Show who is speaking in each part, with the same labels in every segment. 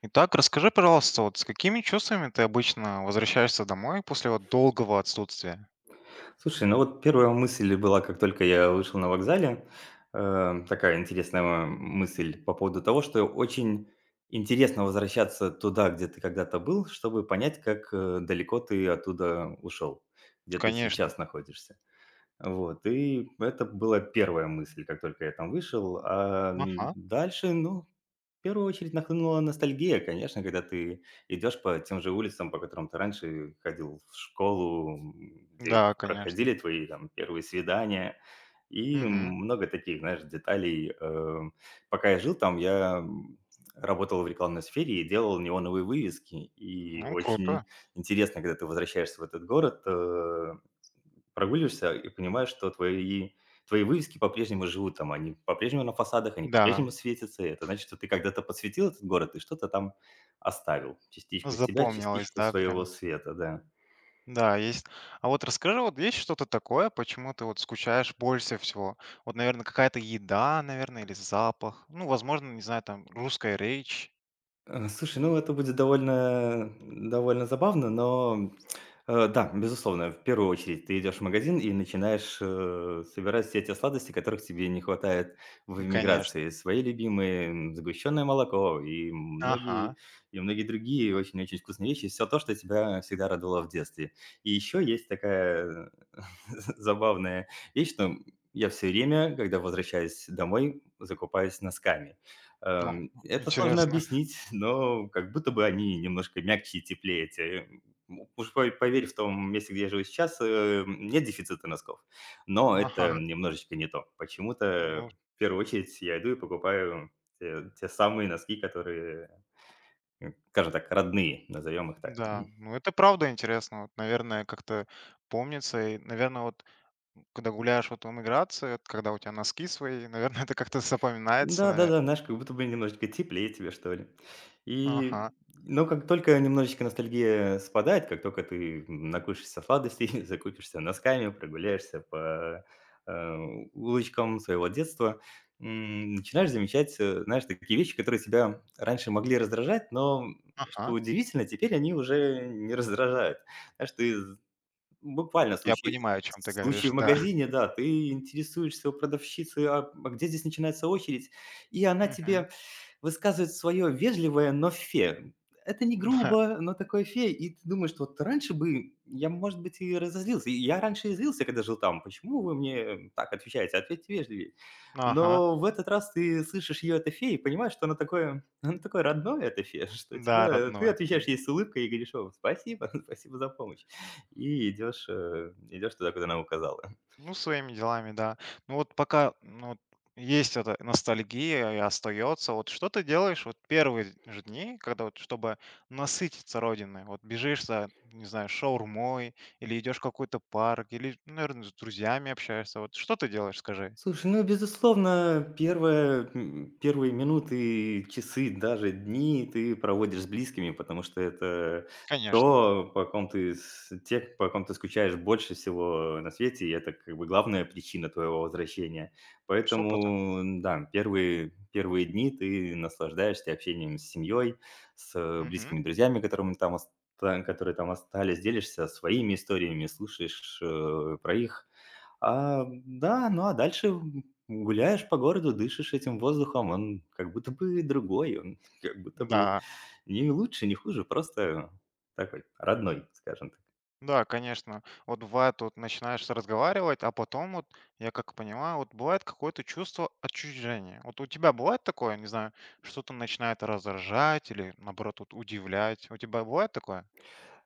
Speaker 1: Итак, расскажи, пожалуйста, вот с какими чувствами ты обычно возвращаешься домой после вот долгого отсутствия?
Speaker 2: Слушай, ну вот первая мысль была, как только я вышел на вокзале, такая интересная мысль по поводу того, что очень интересно возвращаться туда, где ты когда-то был, чтобы понять, как далеко ты оттуда ушел, где ты
Speaker 1: Конечно.
Speaker 2: сейчас находишься. Вот, и это была первая мысль, как только я там вышел.
Speaker 1: Ага.
Speaker 2: Дальше, ну, в первую очередь нахлынула ностальгия, конечно, когда ты идешь по тем же улицам, по которым ты раньше ходил в школу, где
Speaker 1: Да,
Speaker 2: проходили
Speaker 1: конечно.
Speaker 2: твои там первые свидания. И
Speaker 1: Мгм.
Speaker 2: много таких, знаешь, деталей. Пока я жил там, я работал в рекламной сфере и делал неоновые вывески. И
Speaker 1: Ну,
Speaker 2: очень
Speaker 1: круто.
Speaker 2: интересно, когда ты возвращаешься в этот город, прогуливаешься и понимаешь, что твои вывески по-прежнему живут там, они по-прежнему на фасадах, они
Speaker 1: Да,
Speaker 2: по-прежнему светятся. И это значит, что ты когда-то подсветил этот город и что-то там оставил. Частичку себя,
Speaker 1: запомнилось,
Speaker 2: частичку
Speaker 1: да,
Speaker 2: своего
Speaker 1: прям.
Speaker 2: света, да.
Speaker 1: Да, есть. А вот расскажи, вот есть что-то такое, почему ты вот скучаешь больше всего? Вот, наверное, какая-то еда, наверное, или запах. Ну, возможно, не знаю, там, русская речь.
Speaker 2: Слушай, ну, это будет довольно забавно, но, да, безусловно, в первую очередь ты идешь в магазин и начинаешь, собирать все те сладости, которых тебе не хватает в
Speaker 1: Конечно.
Speaker 2: эмиграции. Свои любимые, сгущенное молоко и многие
Speaker 1: Ага.
Speaker 2: и многие другие очень-очень вкусные вещи. Все то, что тебя всегда радовало в детстве. И еще есть такая забавная вещь, что, я все время, когда возвращаюсь домой, закупаюсь носками.
Speaker 1: О,
Speaker 2: Это сложно
Speaker 1: интересно.
Speaker 2: объяснить, но как будто бы они немножко мягче и теплее. Эти, уж по поверь, в том месте, где я живу сейчас, нет дефицита носков, но
Speaker 1: Ага.
Speaker 2: это немножечко не то. Почему-то
Speaker 1: Ну,
Speaker 2: в первую очередь я иду и покупаю те самые носки, которые, скажем так, родные, назовем их так.
Speaker 1: да, ну это правда интересно. Вот, наверное, как-то помнится. И, наверное, вот когда гуляешь вот в эмиграции, вот когда у тебя носки свои, наверное, это как-то запоминается,
Speaker 2: Да-да-да,
Speaker 1: наверное.
Speaker 2: знаешь, как будто бы немножечко теплее тебе, что ли. И,
Speaker 1: Ага,
Speaker 2: но как только немножечко ностальгия спадает, как только ты накушаешься сладостей, закупишься носками, прогуляешься по, э, улочкам своего детства, начинаешь замечать, знаешь, такие вещи, которые тебя раньше могли раздражать, но, что
Speaker 1: ага.
Speaker 2: удивительно, теперь они уже не раздражают. Знаешь, ты буквально
Speaker 1: Я
Speaker 2: случай
Speaker 1: понимаю, о чем ты
Speaker 2: случай
Speaker 1: говоришь,
Speaker 2: в
Speaker 1: да.
Speaker 2: магазине, да. Ты интересуешься у продавщицы: "А где здесь начинается очередь?" И она
Speaker 1: Мгм.
Speaker 2: тебе высказывает свое вежливое, но фе. Это не грубо, но такое фе. И ты думаешь, что вот раньше бы я, может быть, и разозлился. И я раньше и злился, когда жил там: "Почему вы мне так отвечаете? Ответьте вежливее".
Speaker 1: Да. Ага.
Speaker 2: Но в этот раз ты слышишь ее это фе и понимаешь, что она такое она такое родное, это фе, что
Speaker 1: Да,
Speaker 2: тебя ты
Speaker 1: родное
Speaker 2: отвечаешь
Speaker 1: прям.
Speaker 2: ей с улыбкой и говоришь: "О, спасибо, спасибо за помощь" и идешь туда, куда она указала.
Speaker 1: Ну, своими делами, да. Ну вот пока, ну, вот есть эта ностальгия и остается. Вот что ты делаешь вот первые же дни, когда вот чтобы насытиться родиной? Вот бежишь за, не знаю, шаурмой или идешь в какой-то парк, или, наверное, с друзьями общаешься. Вот что ты делаешь, скажи?
Speaker 2: Слушай, ну, безусловно, первые минуты, часы, даже дни ты проводишь с близкими, потому что это
Speaker 1: Конечно.
Speaker 2: то, по ком ты скучаешь больше всего на свете, и это как бы главная причина твоего возвращения.
Speaker 1: Ну, 100%.
Speaker 2: Поэтому, да, первые дни ты наслаждаешься общением с семьей, с
Speaker 1: Мгм.
Speaker 2: близкими друзьями, которыми там ос- та- которые там остались, делишься своими историями, слушаешь про их да, ну, а дальше, гуляешь по городу, дышишь этим воздухом, он как будто бы другой, он как будто бы
Speaker 1: Да.
Speaker 2: не лучше, не хуже, просто такой родной, скажем так.
Speaker 1: Да, конечно. Вот бывает, вот начинаешь разговаривать, а потом вот, я как понимаю, вот бывает какое-то чувство отчуждения. Вот у тебя бывает такое, не знаю, что-то начинает раздражать или, наоборот, вот удивлять. У тебя бывает такое?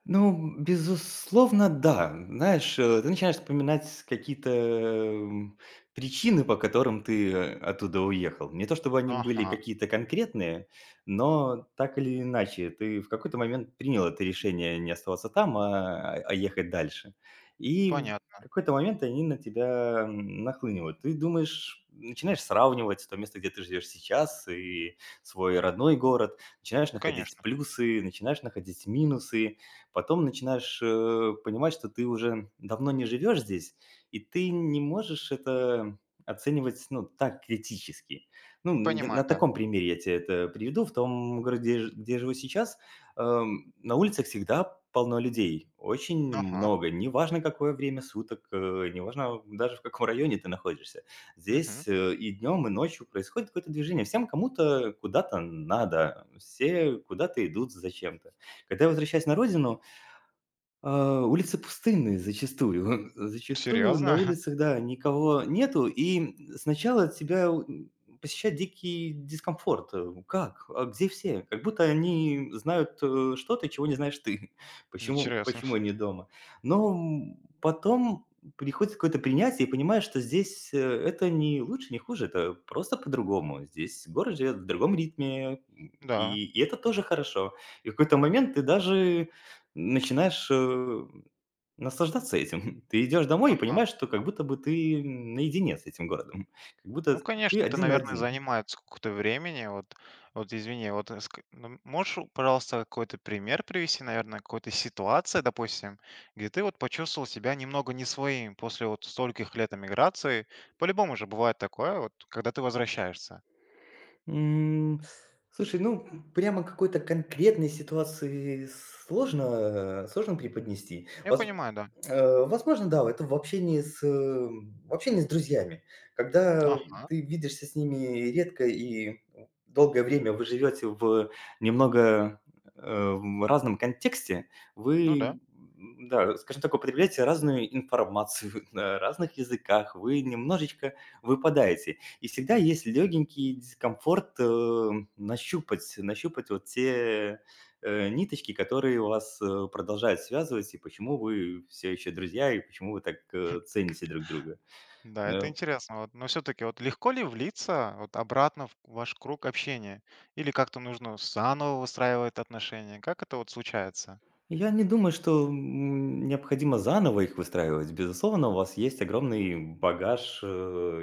Speaker 2: Ну, безусловно, да. Знаешь, ты начинаешь вспоминать какие-то, причины, по которым ты, оттуда уехал. Не то чтобы они были
Speaker 1: Ага,
Speaker 2: какие-то конкретные, но так или иначе ты в какой-то момент принял это решение не оставаться там, а ехать дальше. И в
Speaker 1: понятно,
Speaker 2: какой-то момент они на тебя, нахлынивают. Ты думаешь, начинаешь сравнивать то место, где ты живешь сейчас, и свой родной город, начинаешь находить
Speaker 1: конечно.
Speaker 2: плюсы, начинаешь находить минусы. Потом начинаешь, понимать, что ты уже давно не живешь здесь, и ты не можешь это оценивать, ну, так критически. Ну, н на
Speaker 1: Понимаю, да.
Speaker 2: таком примере я тебе это приведу. В том городе, ж где я живу сейчас, на улицах всегда полно людей, очень
Speaker 1: Ага,
Speaker 2: много. Неважно, какое время суток, неважно даже, в каком районе ты находишься.
Speaker 1: угу.
Speaker 2: Здесь, и днем, и ночью происходит какое-то движение. Всем кому-то куда-то надо, все куда-то идут зачем-то. Когда я возвращаюсь на родину, улицы пустынные зачастую. Зачастую на
Speaker 1: Серьезно?
Speaker 2: улицах, да, никого нету, и сначала тебя у посещает дикий дискомфорт. Э, как? А где все? Как будто они знают, что-то, чего не знаешь ты. Почему
Speaker 1: Интересно.
Speaker 2: почему они дома? Но, потом приходит какое-то принятие и понимаешь, что здесь, это не лучше, не хуже, это просто по-другому. Здесь город живет в другом ритме,
Speaker 1: Да.
Speaker 2: и это тоже хорошо. И в какой-то момент ты даже начинаешь, наслаждаться этим. Ты идешь домой и понимаешь, что как будто бы ты наедине с этим городом, как будто
Speaker 1: Ну,
Speaker 2: ты
Speaker 1: конечно, это,
Speaker 2: один на
Speaker 1: наверное,
Speaker 2: один.
Speaker 1: занимает сколько-то времени. Вот, вот извини, вот ск- ну, можешь, пожалуйста, какой-то пример привести, наверное, какой-то ситуации, допустим, где ты вот почувствовал себя немного не своим после вот стольких лет эмиграции. По-любому же бывает такое, вот, когда ты возвращаешься.
Speaker 2: М, Слушай, ну, прямо какой-то конкретной ситуации сложно преподнести.
Speaker 1: Я
Speaker 2: Воз
Speaker 1: понимаю, да.
Speaker 2: э, возможно, да, это в общении с, друзьями. Когда
Speaker 1: Ага,
Speaker 2: ты видишься с ними редко и долгое время вы живете в немного, в разном контексте,
Speaker 1: ну да.
Speaker 2: вы, да, скажем так, употребляете разную информацию на разных языках, вы немножечко выпадаете. И всегда есть легенький дискомфорт нащупать вот те ниточки, которые вас продолжают связывать, и почему вы все еще друзья, и почему вы так цените друг друга.
Speaker 1: Да, это
Speaker 2: Да,
Speaker 1: интересно. Вот. Но все-таки вот легко ли влиться вот, обратно в ваш круг общения? Или как-то нужно заново выстраивать отношения? Как это вот случается?
Speaker 2: я не думаю, что, необходимо заново их выстраивать. Безусловно, у вас есть огромный багаж,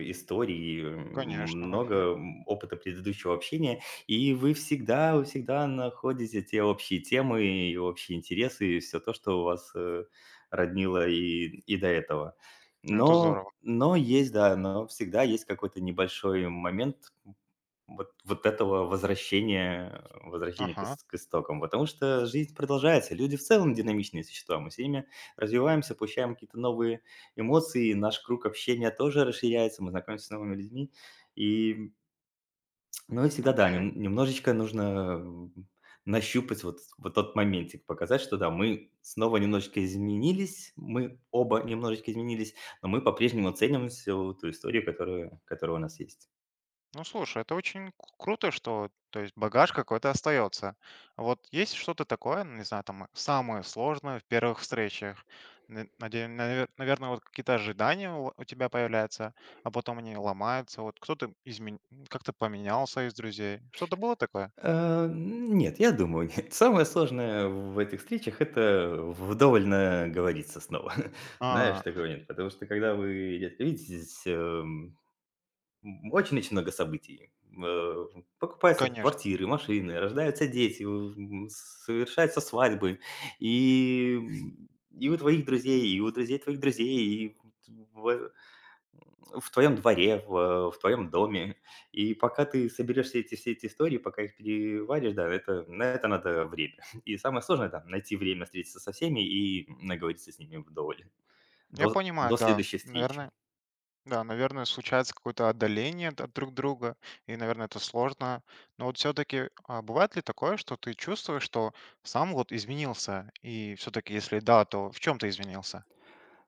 Speaker 2: историй,
Speaker 1: Конечно.
Speaker 2: много, опыта предыдущего общения, и вы всегда находите те общие темы и общие интересы, и всё то, что у вас, роднило и до этого.
Speaker 1: Ну, это
Speaker 2: Но
Speaker 1: здорово.
Speaker 2: но есть, да, но всегда есть какой-то небольшой момент вот этого возвращения к
Speaker 1: Ага,
Speaker 2: ист к истокам. Потому что жизнь продолжается. Люди в целом динамичные существа. Мы все время развиваемся, получаем какие-то новые эмоции. Наш круг общения тоже расширяется. Мы знакомимся с новыми людьми. И, ну, и всегда, да,
Speaker 1: окей.
Speaker 2: немножечко нужно, м, нащупать вот тот моментик, показать, что да, мы снова немножечко изменились, мы оба немножечко изменились, но мы по-прежнему ценим ту историю, которая у нас есть.
Speaker 1: Ну, слушай, это очень к- круто, что, то есть, багаж какой-то остается. Вот есть что-то такое, ну, не знаю, там, самое сложное в первых встречах? Наверное, вот какие-то ожидания у тебя появляются, а потом они ломаются. Вот кто-то измен... как-то поменялся из друзей. Что-то было такое?
Speaker 2: Нет, я думаю, нет. Самое сложное в этих встречах — это вдоволь наговориться снова. Знаешь,
Speaker 1: А,
Speaker 2: такого нет. Потому что когда вы редко видитесь, очень-очень много событий. Э, Покупаются
Speaker 1: конечно.
Speaker 2: квартиры, машины, рождаются дети, совершаются свадьбы. И, и у твоих друзей, и у друзей твоих друзей, и в твоем дворе, в твоем доме. И пока ты соберешь все эти истории, пока их переваришь, да, это, на это надо время. И самое сложное, да, найти время встретиться со всеми и наговориться с ними вдоволь.
Speaker 1: Я
Speaker 2: До,
Speaker 1: понимаю,
Speaker 2: до
Speaker 1: да.
Speaker 2: следующей встречи.
Speaker 1: Наверное, да, наверное, случается какое-то отдаление д- от друг друга, и, наверное, это сложно. Но вот все-таки бывает ли такое, что ты чувствуешь, что сам вот изменился, и все-таки, если да, то в чем ты изменился?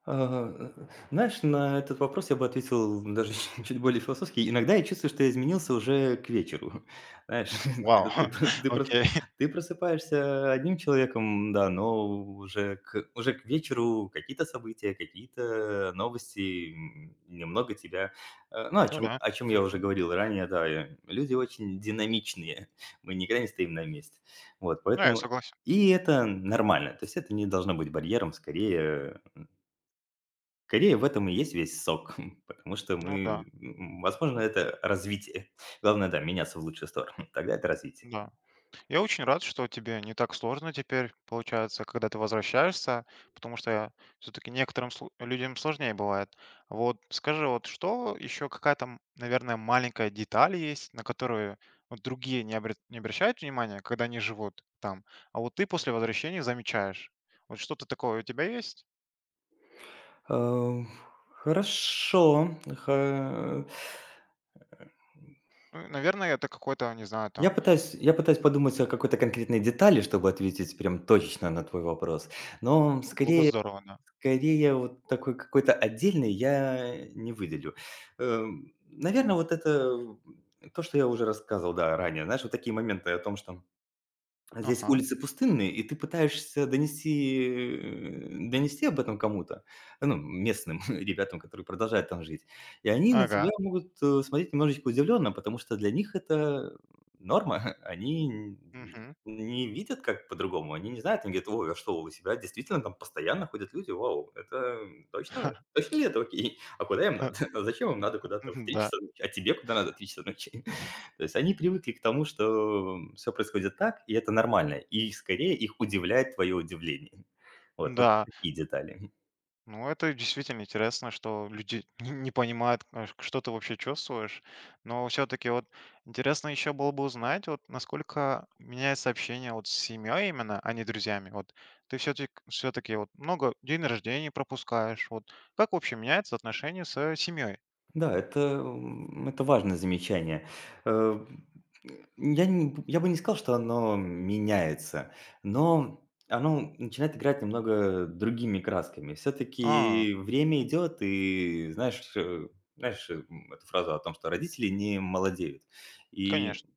Speaker 2: А, э, Знаешь, на этот вопрос я бы ответил даже чуть более философски. Иногда я чувствую, что я изменился уже к вечеру. Знаешь,
Speaker 1: Вау,
Speaker 2: когда
Speaker 1: окей,
Speaker 2: ты просыпаешься одним человеком, да, но уже к вечеру какие-то события, какие-то новости, немного тебя ну, о
Speaker 1: ну
Speaker 2: чем
Speaker 1: да,
Speaker 2: о чем я уже
Speaker 1: мгм.
Speaker 2: говорил ранее, да, люди очень динамичные, мы никогда не стоим на месте. Вот,
Speaker 1: Да, я
Speaker 2: поэтому
Speaker 1: согласен,
Speaker 2: и это нормально, то есть это не должно быть барьером, Скорее, в этом и есть весь сок, потому что
Speaker 1: ну да,
Speaker 2: мы, возможно, это развитие. Главное, да, меняться в лучшую сторону. Тогда это развитие.
Speaker 1: да. Я очень рад, что тебе не так сложно теперь, получается, когда ты возвращаешься, потому что все-таки некоторым слу- людям сложнее бывает. Вот скажи, вот что еще какая там, наверное, маленькая деталь есть, на которую вот другие не, обре- не обращают внимания, когда они живут там, а вот ты после возвращения замечаешь. Вот что-то такое у тебя есть?
Speaker 2: Э, Хорошо. Ха
Speaker 1: Ну, наверное, это какой-то, не знаю,
Speaker 2: я
Speaker 1: там,
Speaker 2: пытаюсь я пытаюсь подумать о какой-то конкретной детали, чтобы ответить прям точечно на твой вопрос, но
Speaker 1: было бы
Speaker 2: скорее
Speaker 1: здорово, да.
Speaker 2: Скорее, вот такой какой-то отдельный я не выделю. Наверно, вот это, то, что я уже рассказывал, да, ранее. Знаешь, вот такие моменты о том, что а здесь
Speaker 1: Ага,
Speaker 2: улицы пустынные, и ты пытаешься донести, об этом кому-то, ну, местным ребятам, которые продолжают там жить. И они на тебя
Speaker 1: ага,
Speaker 2: могут, смотреть немножечко удивленно, потому что для них это норма. Они н
Speaker 1: мгм.
Speaker 2: не видят, как по-другому, они не знают, они говорят: "Ой, а что, у себя действительно там постоянно ходят люди? Вау, это точно точно ли это окей? А куда им надо? А зачем им надо куда-то в три
Speaker 1: Да,
Speaker 2: часа ночи? А тебе куда надо в 3 часа ночи?" То есть они привыкли к тому, что все происходит так, и это нормально. И скорее их удивляет твое удивление. Вот
Speaker 1: да.
Speaker 2: такие детали.
Speaker 1: Ну, это действительно интересно, что люди не понимают, а, ш- что ты вообще чувствуешь. Но все-таки вот интересно еще было бы узнать, вот насколько меняется общение вот с семьей именно, а не друзьями. Вот ты все-таки вот много день рождения пропускаешь. Вот как вообще меняется отношение с семьей?
Speaker 2: Да, это важное замечание. Э, я бы не сказал, что оно меняется, но оно начинает играть немного другими красками. Все
Speaker 1: А,
Speaker 2: таки время идет, и знаешь, эту фразу о том, что родители не молодеют. И
Speaker 1: конечно,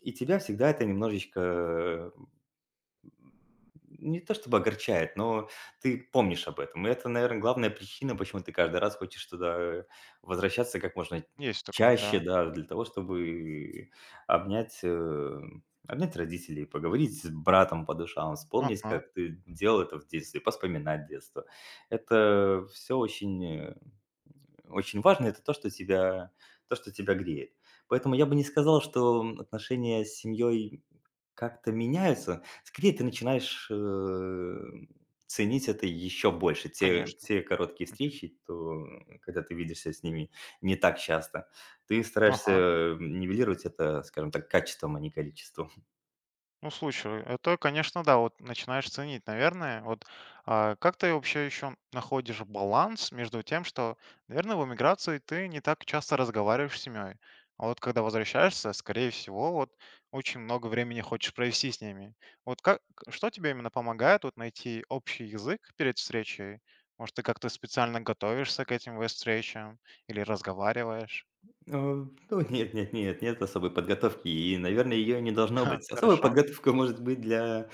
Speaker 2: и тебя всегда это немножечко не то чтобы огорчает, но ты помнишь об этом. И это, наверное, главная причина, почему ты каждый раз хочешь туда возвращаться как можно
Speaker 1: есть такое,
Speaker 2: чаще,
Speaker 1: да.
Speaker 2: да, для того, чтобы обнять, э, обнять родителей, поговорить с братом по душам, вспомнить,
Speaker 1: Ага,
Speaker 2: как ты делал это в детстве, поспоминать детство. Это все очень важно, это то, что тебя, греет. Поэтому я бы не сказал, что отношения с семьей как-то меняются. Скорее, ты начинаешь, ценить это еще больше. Те
Speaker 1: конечно.
Speaker 2: те короткие
Speaker 1: Мгм.
Speaker 2: встречи, когда ты видишься с ними не так часто, ты стараешься,
Speaker 1: Ага.
Speaker 2: нивелировать это, скажем так, качеством, а не количеством.
Speaker 1: Ну, слушай, это, конечно, да, вот начинаешь ценить, наверное. Вот а, как ты вообще еще находишь баланс между тем, что, наверное, в эмиграции ты не так часто разговариваешь с семьей, а вот когда возвращаешься, скорее всего, вот очень много времени хочешь провести с ними. Вот как, что тебе именно помогает вот найти общий язык перед встречей? Может, ты как-то специально готовишься к этим встречам или разговариваешь?
Speaker 2: Ну, нет, нет, нет, нет особой подготовки, и, наверное, ее не должно
Speaker 1: Ха,
Speaker 2: быть. Особая
Speaker 1: хорошо.
Speaker 2: подготовка может быть для,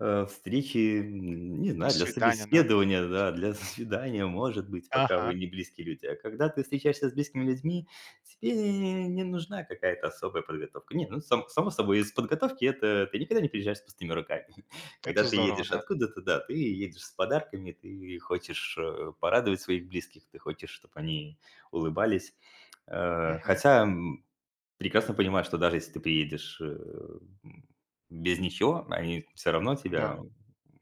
Speaker 2: встречи, не
Speaker 1: Ну,
Speaker 2: знаю, для
Speaker 1: свидание, да?
Speaker 2: собеседования, да, для свидания, может быть, пока вы
Speaker 1: Ага,
Speaker 2: не близкие люди. А когда ты встречаешься с близкими людьми, тебе не нужна какая-то особая подготовка. Нет, ну, сам само собой, из подготовки — это ты никогда не приезжаешь с пустыми руками. Когда
Speaker 1: это
Speaker 2: ты
Speaker 1: здорово,
Speaker 2: едешь
Speaker 1: да.
Speaker 2: откуда-то, да, ты едешь с подарками, ты хочешь, порадовать своих близких, ты хочешь, чтобы они улыбались.
Speaker 1: Мгм,
Speaker 2: Хотя, прекрасно понимаю, что даже если ты приедешь, без ничего, они все равно
Speaker 1: да.
Speaker 2: тебя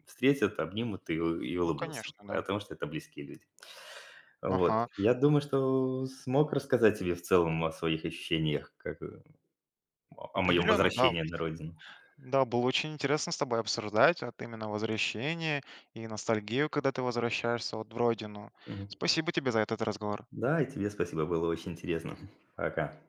Speaker 2: встретят, обнимут и
Speaker 1: Ну,
Speaker 2: улыбнутся,
Speaker 1: конечно, да.
Speaker 2: потому что это близкие люди. Вот.
Speaker 1: Ага,
Speaker 2: Я думаю, что смог рассказать тебе в целом о своих ощущениях, как, о моем
Speaker 1: определенно, да.
Speaker 2: возвращении на родину.
Speaker 1: Да, было очень интересно с тобой обсуждать вот именно возвращение и ностальгию, когда ты возвращаешься вот в родину.
Speaker 2: Мгм.
Speaker 1: Спасибо тебе за этот разговор.
Speaker 2: Да, и тебе спасибо, было очень интересно. Пока.